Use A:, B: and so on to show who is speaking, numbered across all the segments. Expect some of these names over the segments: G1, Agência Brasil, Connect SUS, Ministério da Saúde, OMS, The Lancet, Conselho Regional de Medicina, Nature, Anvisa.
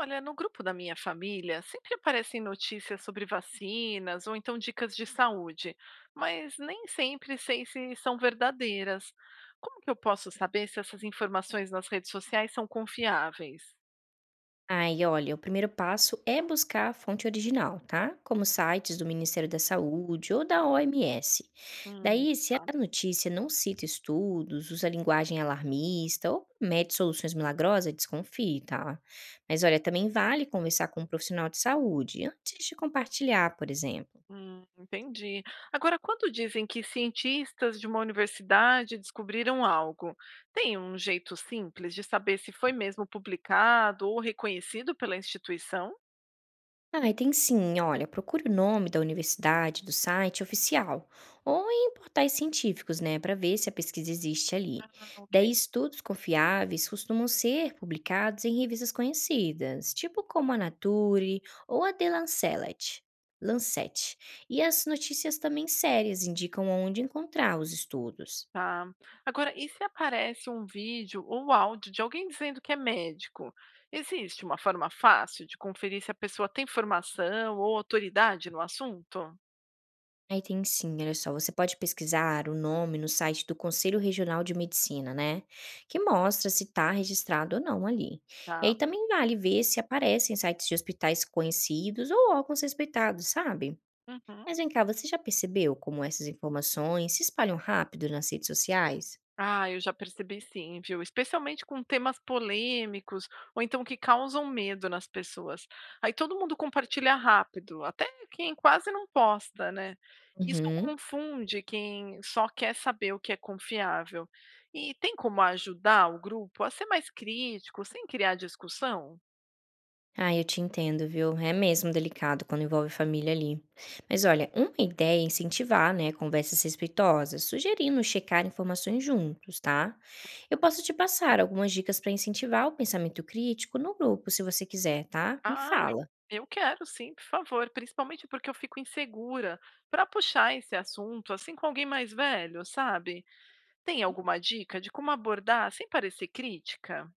A: Olha, no grupo da minha família sempre aparecem notícias sobre vacinas ou então dicas de saúde, mas nem sempre sei se são verdadeiras. Como que eu posso saber se essas informações nas redes sociais são confiáveis?
B: Aí, olha, o primeiro passo é buscar a fonte original, tá? Como sites do Ministério da Saúde ou da OMS. Daí, se a
A: Tá.
B: notícia não cita estudos, usa linguagem alarmista ou promete soluções milagrosas, desconfie, tá? Mas olha, também vale conversar com um profissional de saúde antes de compartilhar, por exemplo.
A: Entendi. Agora, quando dizem que cientistas de uma universidade descobriram algo, tem um jeito simples de saber se foi mesmo publicado ou reconhecido pela instituição?
B: Ah, tem sim. Olha, procure o nome da universidade, do site oficial, ou em portais científicos, né, para ver se a pesquisa existe ali.
A: Ah, ok.
B: Daí, estudos confiáveis costumam ser publicados em revistas conhecidas, tipo como a Nature ou a The Lancet. Lancet. E as notícias também sérias indicam onde encontrar os estudos.
A: Tá. Agora, e se aparece um vídeo ou áudio de alguém dizendo que é médico? Existe uma forma fácil de conferir se a pessoa tem formação ou autoridade no assunto?
B: Aí tem sim, olha só, você pode pesquisar o nome no site do Conselho Regional de Medicina, né? Que mostra se está registrado ou não ali. E aí
A: Tá.
B: também vale ver se aparecem sites de hospitais conhecidos ou órgãos respeitados, sabe?
A: Uhum.
B: Mas vem cá, você já percebeu como essas informações se espalham rápido nas redes sociais?
A: Ah, eu já percebi sim, viu? Especialmente com temas polêmicos ou então que causam medo nas pessoas. Aí todo mundo compartilha rápido, até quem quase não posta, né? Isso
B: Uhum.
A: confunde quem só quer saber o que é confiável. E tem como ajudar o grupo a ser mais crítico, sem criar discussão?
B: Ah, eu te entendo, viu? É mesmo delicado quando envolve família ali. Mas olha, uma ideia é incentivar, né, conversas respeitosas, sugerindo checar informações juntos, tá? Eu posso te passar algumas dicas para incentivar o pensamento crítico no grupo, se você quiser, tá? Me
A: Ah, eu,
B: fala.
A: eu quero sim, por favor. Principalmente porque eu fico insegura para puxar esse assunto, assim com alguém mais velho, sabe? Tem alguma dica de como abordar sem parecer crítica?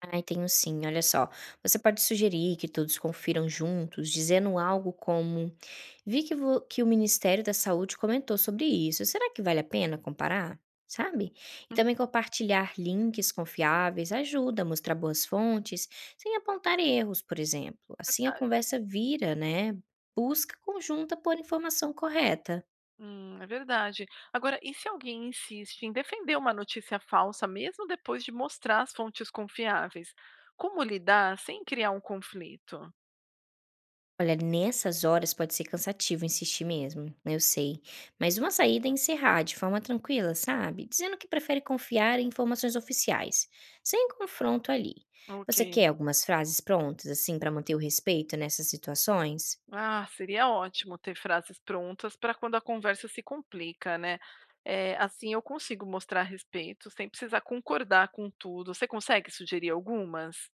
B: Ai, tenho sim, olha só. Você pode sugerir que todos confiram juntos, dizendo algo como vi que o Ministério da Saúde comentou sobre isso. Será que vale a pena comparar? Sabe? E
A: Hum,
B: também compartilhar links confiáveis ajuda a mostrar boas fontes, sem apontar erros, por exemplo. Assim a
A: verdade.
B: conversa vira, né? Busca conjunta por informação correta.
A: É verdade. Agora, e se alguém insiste em defender uma notícia falsa mesmo depois de mostrar as fontes confiáveis? Como lidar sem criar um conflito?
B: Olha, nessas horas pode ser cansativo insistir mesmo, né, eu sei. Mas uma saída é encerrar de forma tranquila, sabe? Dizendo que prefere confiar em informações oficiais, sem confronto ali.
A: Ok.
B: Você quer algumas frases prontas, assim, para manter o respeito nessas situações?
A: Ah, seria ótimo ter frases prontas para quando a conversa se complica, né? Assim eu consigo mostrar respeito sem precisar concordar com tudo. Você consegue sugerir algumas?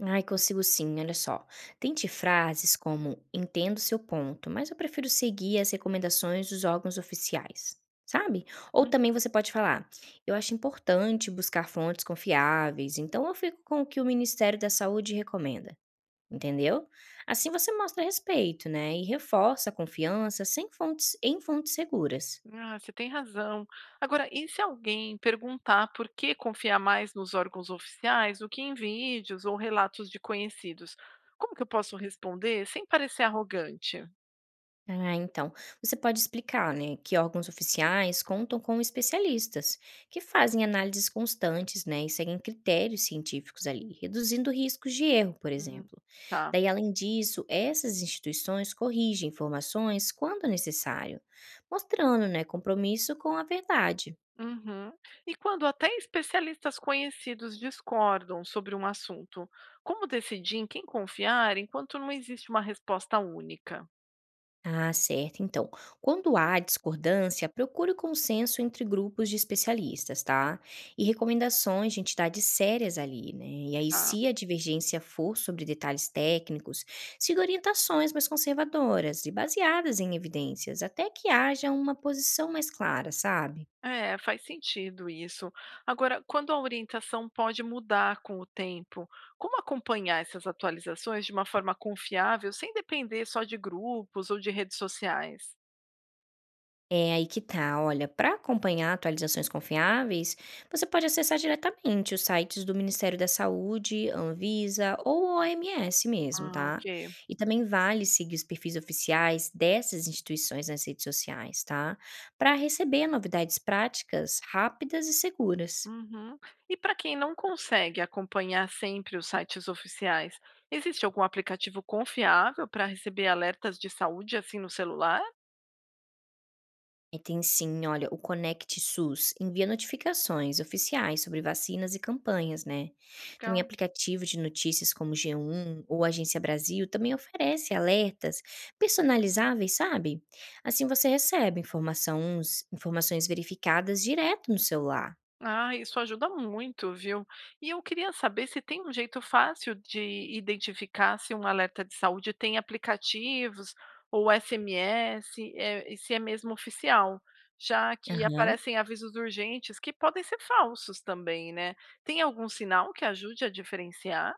B: Ai, consigo sim, olha só. Tente frases como entendo seu ponto, mas eu prefiro seguir as recomendações dos órgãos oficiais, sabe? Ou também você pode falar, eu acho importante buscar fontes confiáveis, então eu fico com o que o Ministério da Saúde recomenda, entendeu? Assim você mostra respeito, né? E reforça a confiança sem fontes, em fontes seguras.
A: Ah, você tem razão. Agora, e se alguém perguntar por que confiar mais nos órgãos oficiais do que em vídeos ou relatos de conhecidos? Como que eu posso responder sem parecer arrogante?
B: Ah, então, você pode explicar, né, que órgãos oficiais contam com especialistas que fazem análises constantes, né, e seguem critérios científicos ali, reduzindo riscos de erro, por
A: Hum,
B: exemplo.
A: Tá.
B: Daí, além disso, essas instituições corrigem informações quando necessário, mostrando, né, compromisso com a verdade.
A: Uhum. E quando até especialistas conhecidos discordam sobre um assunto, como decidir em quem confiar enquanto não existe uma resposta única?
B: Ah, certo. Então, quando há discordância, procure consenso entre grupos de especialistas, tá? E recomendações de entidades sérias ali, né? E aí, se a divergência for sobre detalhes técnicos, siga orientações mais conservadoras e baseadas em evidências, até que haja uma posição mais clara, sabe?
A: É, faz sentido isso. Agora, quando a orientação pode mudar com o tempo, como acompanhar essas atualizações de uma forma confiável, sem depender só de grupos ou de redes sociais?
B: É aí que tá, olha, para acompanhar atualizações confiáveis, você pode acessar diretamente os sites do Ministério da Saúde, Anvisa ou OMS mesmo,
A: Ah,
B: tá?
A: ok.
B: E também vale seguir os perfis oficiais dessas instituições nas redes sociais, tá? Para receber novidades práticas rápidas e seguras.
A: Uhum. E para quem não consegue acompanhar sempre os sites oficiais, existe algum aplicativo confiável para receber alertas de saúde assim no celular?
B: E tem sim, olha, o Connect SUS envia notificações oficiais sobre vacinas e campanhas, né? Também aplicativo de notícias como G1 ou Agência Brasil também oferece alertas personalizáveis, sabe? Assim você recebe informações verificadas direto no celular.
A: Ah, isso ajuda muito, viu? E eu queria saber se tem um jeito fácil de identificar se um alerta de saúde tem aplicativos ou SMS, é, e se é mesmo oficial, já que
B: Aham.
A: aparecem avisos urgentes que podem ser falsos também, né? Tem algum sinal que ajude a diferenciar?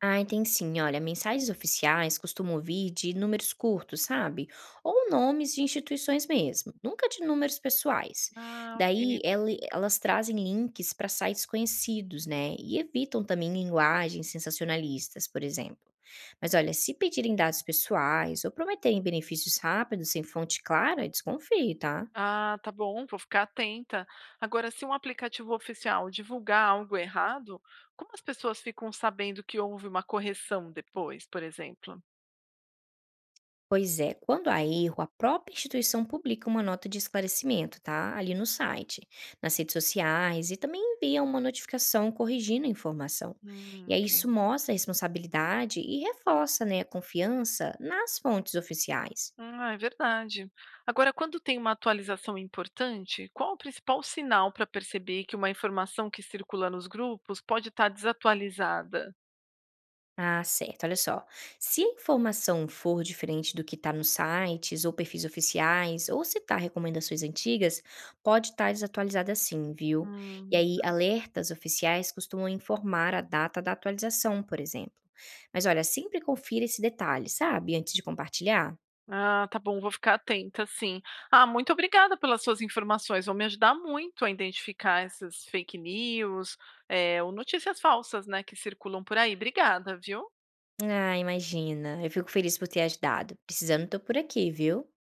B: Ai, tem sim. Olha, mensagens oficiais costumam vir de números curtos, sabe? Ou nomes de instituições mesmo, nunca de números pessoais.
A: Ah,
B: Daí,
A: ok.
B: elas trazem links para sites conhecidos, né? E evitam também linguagens sensacionalistas, por exemplo. Mas olha, se pedirem dados pessoais ou prometerem benefícios rápidos sem fonte clara, desconfie, tá?
A: Ah, tá bom, vou ficar atenta. Agora, se um aplicativo oficial divulgar algo errado, como as pessoas ficam sabendo que houve uma correção depois, por exemplo?
B: Pois é, quando há erro, a própria instituição publica uma nota de esclarecimento, tá? Ali no site, nas redes sociais e também envia uma notificação corrigindo a informação. E aí
A: Ok.
B: isso mostra a responsabilidade e reforça, né, a confiança nas fontes oficiais.
A: Ah, é verdade. Agora, quando tem uma atualização importante, qual o principal sinal para perceber que uma informação que circula nos grupos pode estar desatualizada?
B: Ah, certo. Olha só. Se a informação for diferente do que está nos sites ou perfis oficiais, ou citar recomendações antigas, pode estar desatualizada sim, viu? E
A: Hum.
B: aí, alertas oficiais costumam informar a data da atualização, por exemplo. Mas olha, sempre confira esse detalhe, sabe? Antes de compartilhar.
A: Ah, tá bom, vou ficar atenta, sim. Ah, muito obrigada pelas suas informações, vão me ajudar muito a identificar essas fake news, ou notícias falsas, né, que circulam por aí. Obrigada, viu?
B: Ah, imagina. Eu fico feliz por ter ajudado. Precisando, tô por aqui, viu?